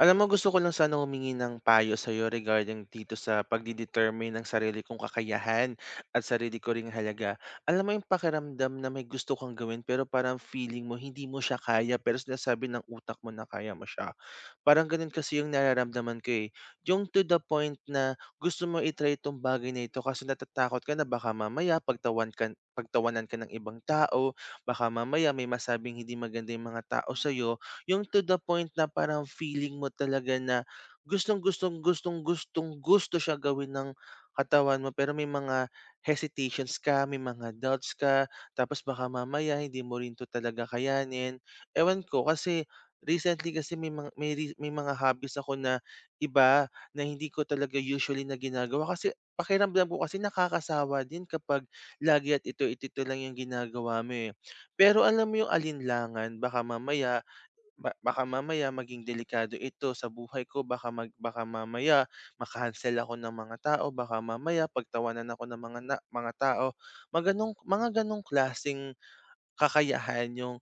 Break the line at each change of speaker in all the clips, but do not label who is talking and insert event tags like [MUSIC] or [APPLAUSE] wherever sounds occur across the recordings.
Alam mo, gusto ko lang sana humingi ng payo sa'yo regarding dito sa pagdi ng sarili kong kakayahan at sarili ko ring halaga. Alam mo yung pakiramdam na may gusto kang gawin pero parang feeling mo hindi mo siya kaya pero sinasabi ng utak mo na kaya mo siya. Parang ganun kasi yung nararamdaman ko eh. Yung to the point na gusto mo itry itong bagay na ito kasi natatakot ka na baka mamaya pagtawan ka, pagtawanan ka ng ibang tao, baka mamaya may masabing hindi maganda yung mga tao sa'yo, yung to the point na parang feeling mo talaga na gustong-gustong, gustong-gustong-gusto siya gawin ng katawan mo pero may mga hesitations ka, may mga doubts ka, tapos baka mamaya hindi mo rin 'to talaga kayanin. Ewan ko kasi recently kasi may mga hobbies ako na iba na hindi ko talaga usually na ginagawa kasi pakiramdam ko kasi nakakasawa din kapag lagi at ito lang yung ginagawa mo, eh. Pero alam mo yung alinlangan baka mamaya baka mamaya maging delikado ito sa buhay ko, baka mamaya ma ako ng mga tao, baka mamaya pagtawanan ako ng mga mga tao. Mga mga ganong klasing kakayahan yung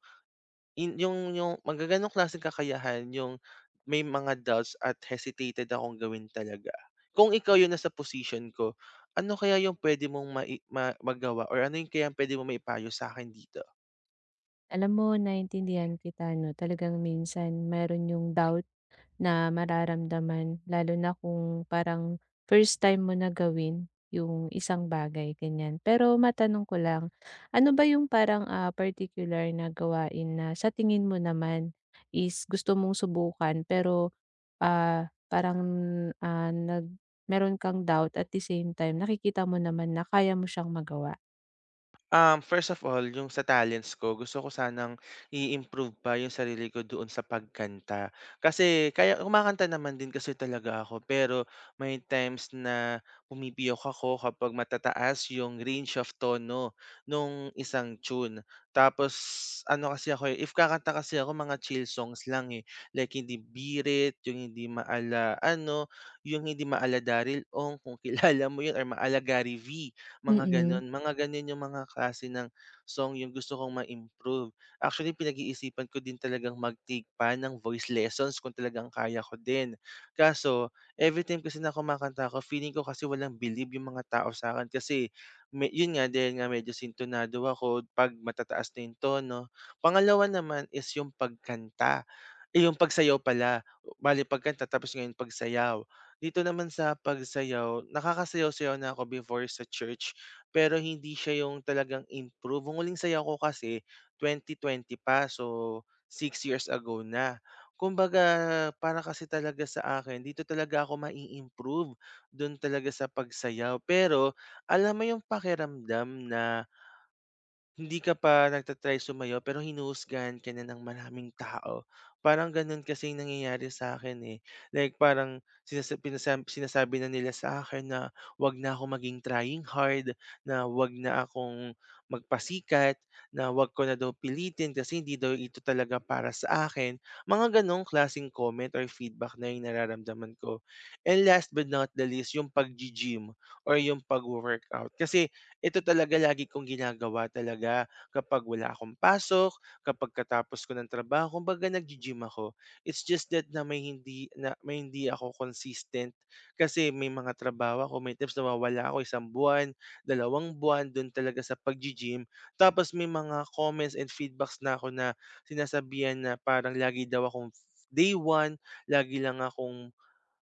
in yung yung mga ganong klaseng kakayahan yung may mga doubts at hesitated akong gawin talaga. Kung ikaw yung nasa posisyon ko, ano kaya yung pwede mong mai ma magawa or ano yung kayang puwede mong maipayo sa akin dito?
Alam mo, naintindihan kita 'no, talagang minsan mayroon yung doubt na mararamdaman lalo na kung parang first time mo na gawin yung isang bagay, ganyan. Pero matanong ko lang, ano ba yung parang, particular na gawain na sa tingin mo naman is gusto mong subukan pero, ah, parang, ah, nag meron kang doubt at the same time nakikita mo naman na kaya mo siyang magawa?
First of all, yung sa talents ko, gusto ko sanang i-improve pa yung sarili ko doon sa pagkanta. Kasi kaya kumakanta naman din kasi talaga ako, pero may times na pumipiyok ako kapag matataas yung range of tono nung isang tune. Tapos ano kasi ako, eh, if kakanta kasi ako mga chill songs lang eh. Like hindi birit, yung hindi maala ano, yung hindi maala Daryl Ong kung [LAUGHS] kilala mo yun or maala Gary V mga
Mm.
gano'n. Mga gano'n yung mga klase ng song yung gusto kong ma-improve. Actually, pinag-iisipan ko din talagang mag-take pa ng voice lessons kung talagang kaya ko din. Kaso, everytime kasi na kumakanta ako, feeling ko kasi walang bilib yung mga tao sa'kin kasi me yun nga, dahil nga medyo sintonado ako 'pag matataas na yung tono. Pangalawa naman is yung pagkanta. Eh, yung pagsayaw pala, bale pagkanta tapos ngayon pagsayaw. Dito naman sa pagsayaw, nakakasayaw-sayaw na ako before sa church, pero hindi siya yung talagang improve. Ang huling sayaw ko kasi 2020 pa, so 6 years ago na. Kumbaga, para kasi talaga sa akin, dito talaga ako mai-improve, dun talaga sa pagsayaw. Pero alam mo yung pakiramdam na hindi ka pa nagta-try sumayaw pero hinuhusgahan ka na ng maraming tao. Parang gano'n kasi yung nangyayari sa akin eh. Like parang sinasabi na nila sa akin na 'wag na ako maging trying hard, na 'wag na akong magpasikat, na 'wag ko na daw pilitin kasi hindi daw ito talaga para sa akin. Mga gano'ng klaseng comment or feedback na yung nararamdaman ko. And last but not the least, yung pag gym or yung pag workout. Kasi ito talaga lagi kong ginagawa talaga kapag wala akong pasok, kapag katapos ko ng trabaho, kumbaga naggi-gym ako. It's just that na may hindi ako consistent kasi may mga trabaho ako, may times nawawala ako isang buwan, dalawang buwan dun talaga sa pag gym. Tapos may mga comments and feedbacks na ako na sinasabihan na parang lagi daw akong day one, lagi lang akong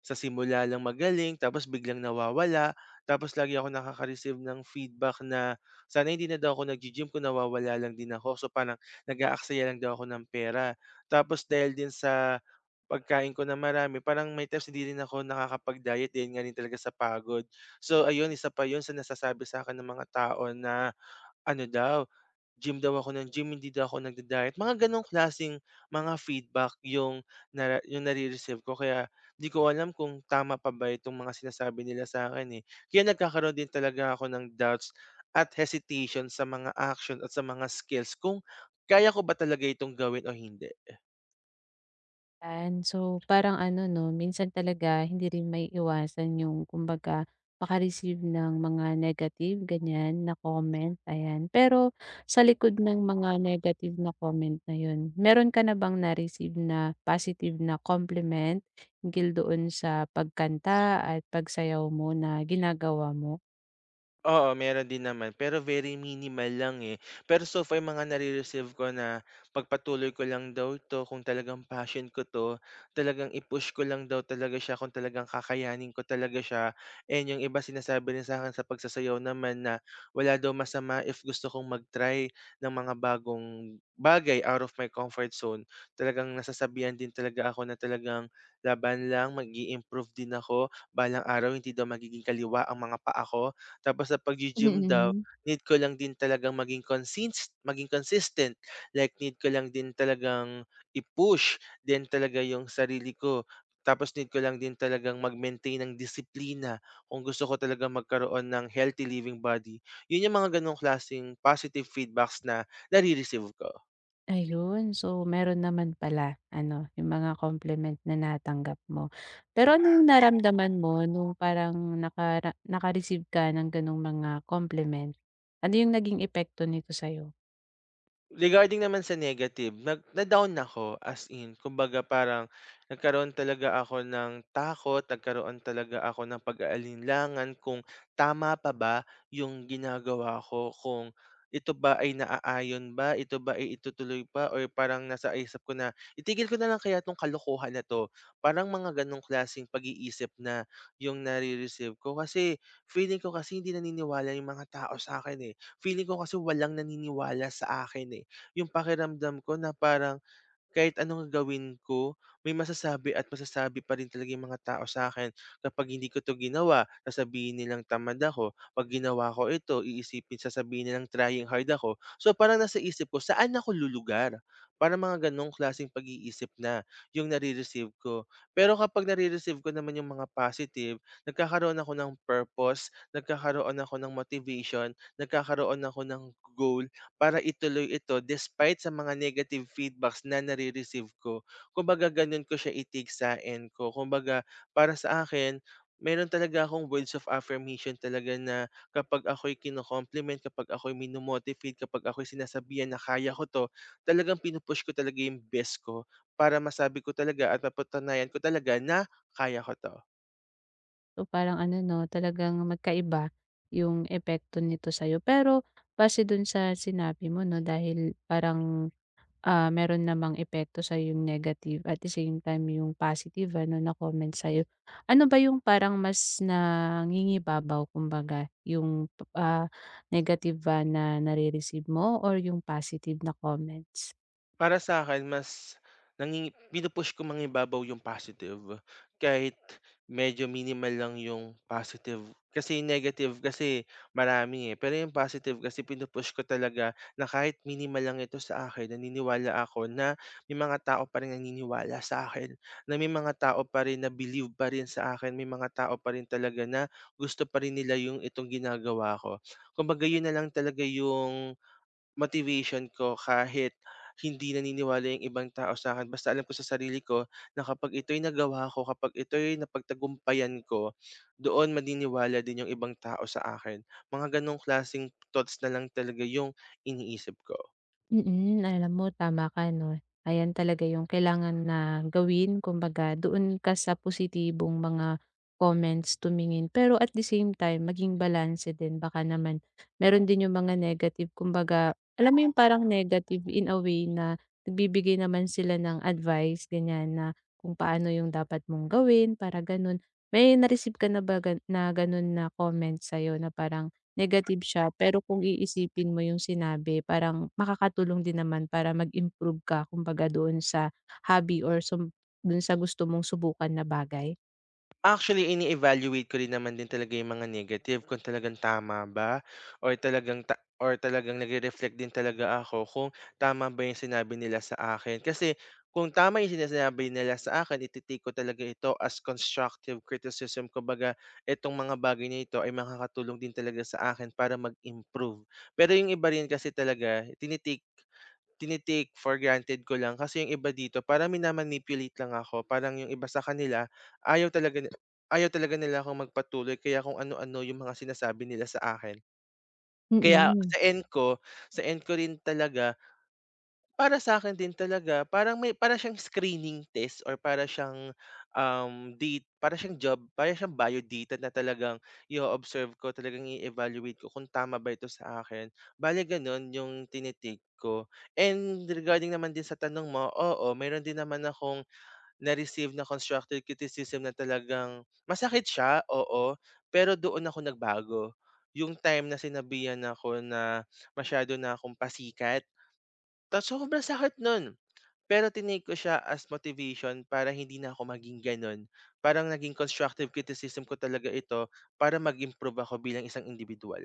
sa simula lang magaling tapos biglang nawawala. Tapos lagi ako nakaka-receive ng feedback na sana hindi na daw ako naggi-gym kung nawawala lang din ako. So parang nag-aaksaya lang daw ako ng pera. Tapos dahil din sa pagkain ko na marami, parang may times hindi rin ako nakakapag-diet dahil nga rin talaga sa pagod. So ayun, isa pa yun sa nasasabi sa akin ng mga tao na ano daw, gym daw ako ng gym, hindi daw ako nagda-diet. Mga gano'ng klaseng mga feedback 'yung 'yung nare-receive ko kaya 'di ko alam kung tama pa ba itong mga sinasabi nila sa akin eh. Kaya nagkakaroon din talaga ako ng doubts at hesitation sa mga action at sa mga skills kung kaya ko ba talaga itong gawin o hindi.
Yan. So, parang ano 'no, minsan talaga hindi rin may maiiwasan yung kumbaga maka ng mga negative ganyan na comment, ayan. Pero sa likod ng mga negative na comment na yun, meron ka na bang na-receive na positive na compliment hinggil doon sa pagkanta at pagsayaw mo na ginagawa mo?
Oo, meron din naman, pero very minimal lang, eh. Pero so far mga nare-receive ko na pagpatuloy ko lang daw 'to, kung talagang passion ko 'to, talagang i-push ko lang daw talaga siya, kung talagang kakayanin ko talaga siya. And yung iba sinasabi rin sa akin sa pagsasayaw naman na wala daw masama if gusto kong mag-try ng mga bagong bagay out of my comfort zone. Talagang nasasabihan din talaga ako na talagang laban lang, mag improve din ako. Balang araw hindi daw magiging kaliwa ang mga paa ko. Tapos sa paggi-gym daw,
[LAUGHS]
need ko lang din talagang maging consistent, like need ko lang din talagang i-push din talaga yung sarili ko. Tapos need ko lang din talagang mag-maintain ng disiplina kung gusto ko talaga magkaroon ng healthy living body. Yun yung mga gano'ng klaseng positive feedbacks na nare-receive ko.
Ayun, so meron naman pala ano, yung mga compliment na natanggap mo. Pero ano yung naramdaman mo nung parang naka-receive ka ng gano'ng mga compliment? Ano yung naging epekto nito sa'yo?
Regarding naman sa negative, na-down ako as in, kumbaga parang nagkaroon talaga ako ng takot, nagkaroon talaga ako ng pag-aalinlangan kung tama pa ba yung ginagawa ko, kung ito ba ay naaayon ba, ito ba ay itutuloy pa or parang nasa isip ko na itigil ko na lang kaya 'tong kalokohan na 'to. Parang mga ganong klaseng pag-iisip na yung nare-receive ko kasi feeling ko kasi hindi naniniwala yung mga tao sa akin eh. Feeling ko kasi walang naniniwala sa akin, eh. Yung pakiramdam ko na parang kahit anong gawin ko, may masasabi at masasabi pa rin talaga yung mga tao sa akin. Kapag hindi ko 'to ginawa, sasabihin nilang tamad ako. 'Pag ginawa ko ito, sasabihin nilang trying hard ako. So, parang nasa isip ko, saan ako lulugar? Parang mga gano'ng klaseng pag-iisip na yung nare-receive ko. Pero kapag nare-receive ko naman yung mga positive, nagkakaroon ako ng purpose, nagkakaroon ako ng motivation, nagkakaroon ako ng goal para ituloy ito despite sa mga negative feedbacks na nare-receive ko. Kumbaga gano'n ko siya itigsain ko. Kumbaga para sa akin, meron talaga akong words of affirmation talaga na kapag ako'y kino-compliment, kapag ako'y sinasabihan na kaya ko 'to, talagang pinupush ko talaga yung best ko para masabi ko talaga at mapatunayan ko talaga na kaya ko 'to.
So parang ano 'no, talagang magkaiba yung epekto nito sa'yo. Pero base dun sa sinabi mo 'no, dahil parang meron namang epekto sa yung negative at the same time yung positive ano na comment sa'yo. Ano ba yung parang mas nangingibabaw kumbaga, yung, ah, negative ba na nare-receive mo or yung positive na comments?
Para sa akin mas nangingi pinupush push ko mangibabaw yung positive, kahit medyo minimal lang yung positive. Kasi yung negative kasi marami, eh, pero yung positive kasi pinupush ko talaga na kahit minimal lang ito sa akin, naniniwala ako na may mga tao pa rin naniniwala sa akin, na may mga tao pa rin na believe pa rin sa akin, may mga tao pa rin talaga na gusto pa rin nila yung itong ginagawa ko. Kumbaga yun na lang talaga yung motivation ko kahit hindi naniniwala yung ibang tao sa akin. Basta alam ko sa sarili ko na kapag ito'y nagawa ko, kapag ito'y napagtagumpayan ko, doon maniniwala din yung ibang tao sa akin. Mga gano'ng klaseng thoughts na lang talaga yung iniisip ko.
Mm, alam mo, tama ka 'no. Ayan talaga yung kailangan na gawin, kumbaga doon ka sa positibong mga comments tumingin. Pero at the same time maging balance din, baka naman meron din yung mga negative, kumbaga alam mo yung parang negative in a way na nagbibigay naman sila ng advice ganyan na kung paano yung dapat mong gawin para gano'n. May na-receive ka na ba gano'n na comment sa'yo na parang negative siya pero kung iisipin mo yung sinabi parang makakatulong din naman para mag-improve ka kumbaga doon sa hobby or do'n sa gusto mong subukan na bagay.
Actually, ini-evaluate ko rin naman din talaga yung mga negative kung talagang tama ba or talagang ta or talagang nagre-reflect din talaga ako kung tama ba yung sinabi nila sa akin. Kasi kung tama yung sinasabi nila sa akin, iti ko talaga ito as constructive criticism. Kumbaga, itong mga bagay na ito ay makakatulong din talaga sa akin para mag-improve. Pero yung iba rin kasi talaga, tini-take for granted ko lang kasi yung iba dito parang mina lang ako. Parang yung iba sa kanila ayaw talaga nila ayaw talaga nila akong magpatuloy kaya kung ano-ano yung mga sinasabi nila sa akin. Kaya
Mm.
sa end ko rin talaga para sa'kin din talaga parang may para siyang screening test or para siyang, date, para siyang job, para siyang bio data na talagang i observe ko, talagang i-evaluate ko kung tama ba ito sa akin. Bale gano'n yung tini ko. And regarding naman din sa tanong mo, oo, mayroon din naman akong na-receive na constructive criticism na talagang masakit siya, oo, pero doon ako nagbago. Yung time na sinabihan ako na masyado na akong pasikat, tas sobrang sakit no'n. Pero tinake ko siya as motivation para hindi na ako maging gano'n. Parang naging constructive criticism ko talaga ito para mag-improve ako bilang isang individual.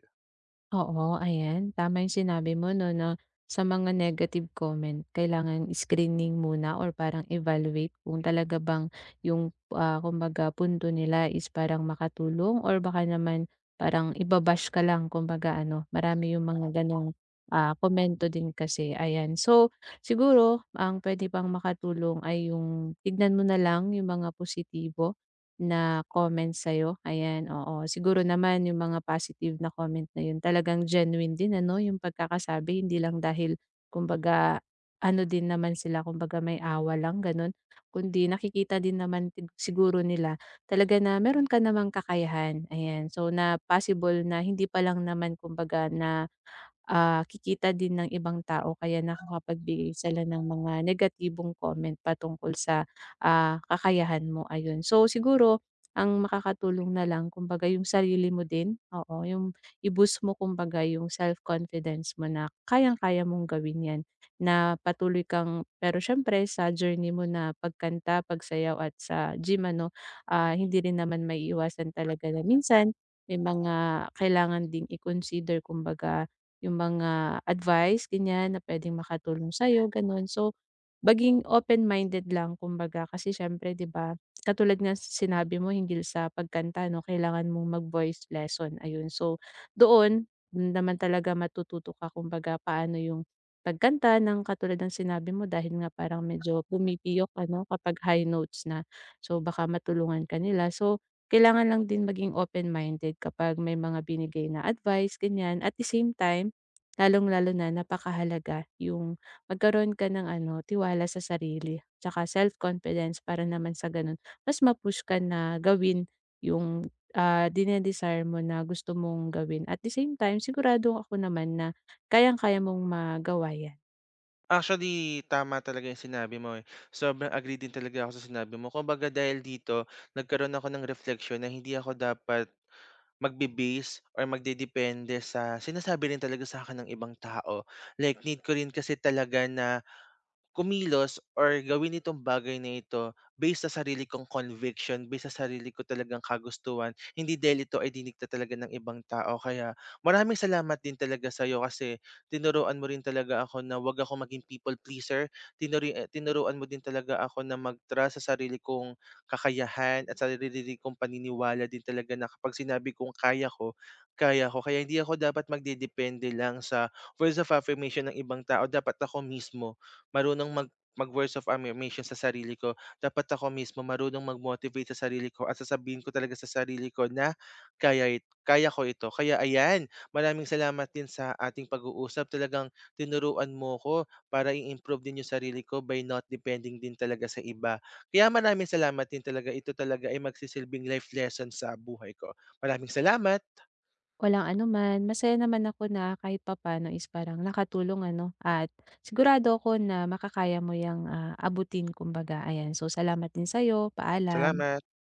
Oo, ayan. Tama yung sinabi mo 'no, na sa mga negative comment kailangan screening muna or parang evaluate kung talaga bang yung, kumbaga punto nila is parang makatulong or baka naman parang iba ka lang kumbaga ano, marami yung mga gano'ng, komento din kasi, ayan. So, siguro ang pwede pang makatulong ay yung tignan mo na lang yung mga positibo na comment sa'yo, ayan, oo. Siguro naman yung mga positive na comment na yun talagang genuine din ano, yung pagkakasabi hindi lang dahil kumbaga ano din naman sila, kumbaga may awa lang gano'n, kundi nakikita din naman siguro nila talaga na meron ka namang kakayahan, ayan. So, na possible na hindi pa lang naman kumbaga na kikita din ng ibang tao kaya nakakapagbigay sila ng mga negatibong comment patungkol sa, kakayahan mo, ayun. So, siguro ang makakatulong na lang kumbaga yung sarili mo din, oo, yung i-boost mo kumbaga yung self-confidence mo na kayang-kaya mong gawin 'yan, na patuloy kang pero siyempre sa journey mo na pagkanta, pagsayaw at sa gym ano, hindi rin naman maiiwasan talaga na minsan may mga kailangan ding i-consider kumbaga yung mga advice ganyan na puwedeng makatulong sa'yo gano'n. So, baging open-minded lang kumbaga kasi siyempre 'di ba, katulad nga sinabi mo hinggil sa pagkanta 'no, kailangan mong mag-voice lesson ayun. So, do'n naman talaga matututo ka kumbaga paano yung pagkanta ng katulad ng sinabi mo dahil nga parang medyo pumipiyok ano kapag high notes na. So, baka matulungan ka nila. So, kailangan lang din maging open-minded kapag may mga binigay na advice ganyan. At the same time, lalong-lalo na napakahalaga yung magkaroon ka ng ano, tiwala sa sarili tsaka self-confidence para naman sa gano'n mas ma-push ka na gawin yung, dine-desire mo na gusto mong gawin. At the same time, sigurado ako naman na kayang-kaya mong magawa 'yan.
Actually, tama talaga 'yung sinabi mo, eh. Sobrang agree din talaga ako sa sinabi mo. Kumbaga dahil dito, nagkaroon ako ng reflection na hindi ako dapat magbe-base or magdedepende sa sinasabi rin talaga sa akin ng ibang tao. Like need ko rin kasi talaga na kumilos or gawin itong bagay na ito based sa sarili kong conviction, based sa sarili ko talagang kagustuhan, hindi dahil ito ay dinikta talaga ng ibang tao. Kaya maraming salamat din talaga sa'yo kasi tinuruan mo rin talaga ako na wag ako maging people pleaser. Tinuruan mo din talaga ako na mag-trust sa sarili kong kakayahan at sa sarili kong paniniwala din talaga na kapag sinabi kong kaya ko, kaya ko. Kaya hindi ako dapat magdedepende lang sa words of affirmation ng ibang tao. Dapat ako mismo marunong mag-words of affirmation sa sarili ko. Dapat ako mismo marunong mag-motivate sa sarili ko at sasabihin ko talaga sa sarili ko na kaya ko ito. Kaya ayan, maraming salamat din sa ating pag-uusap. Talagang tinuruan mo ko para i-improve din yung sarili ko by not depending din talaga sa iba. Kaya maraming salamat din talaga. Ito talaga ay magsisilbing life lesson sa buhay ko. Maraming salamat.
Walang anuman, masaya naman ako na kahit papaano is parang nakatulong ano, at sigurado ako na makakaya mo yung abutin kumbaga, ayan. So, salamat din sa'yo. Paalam.
Salamat.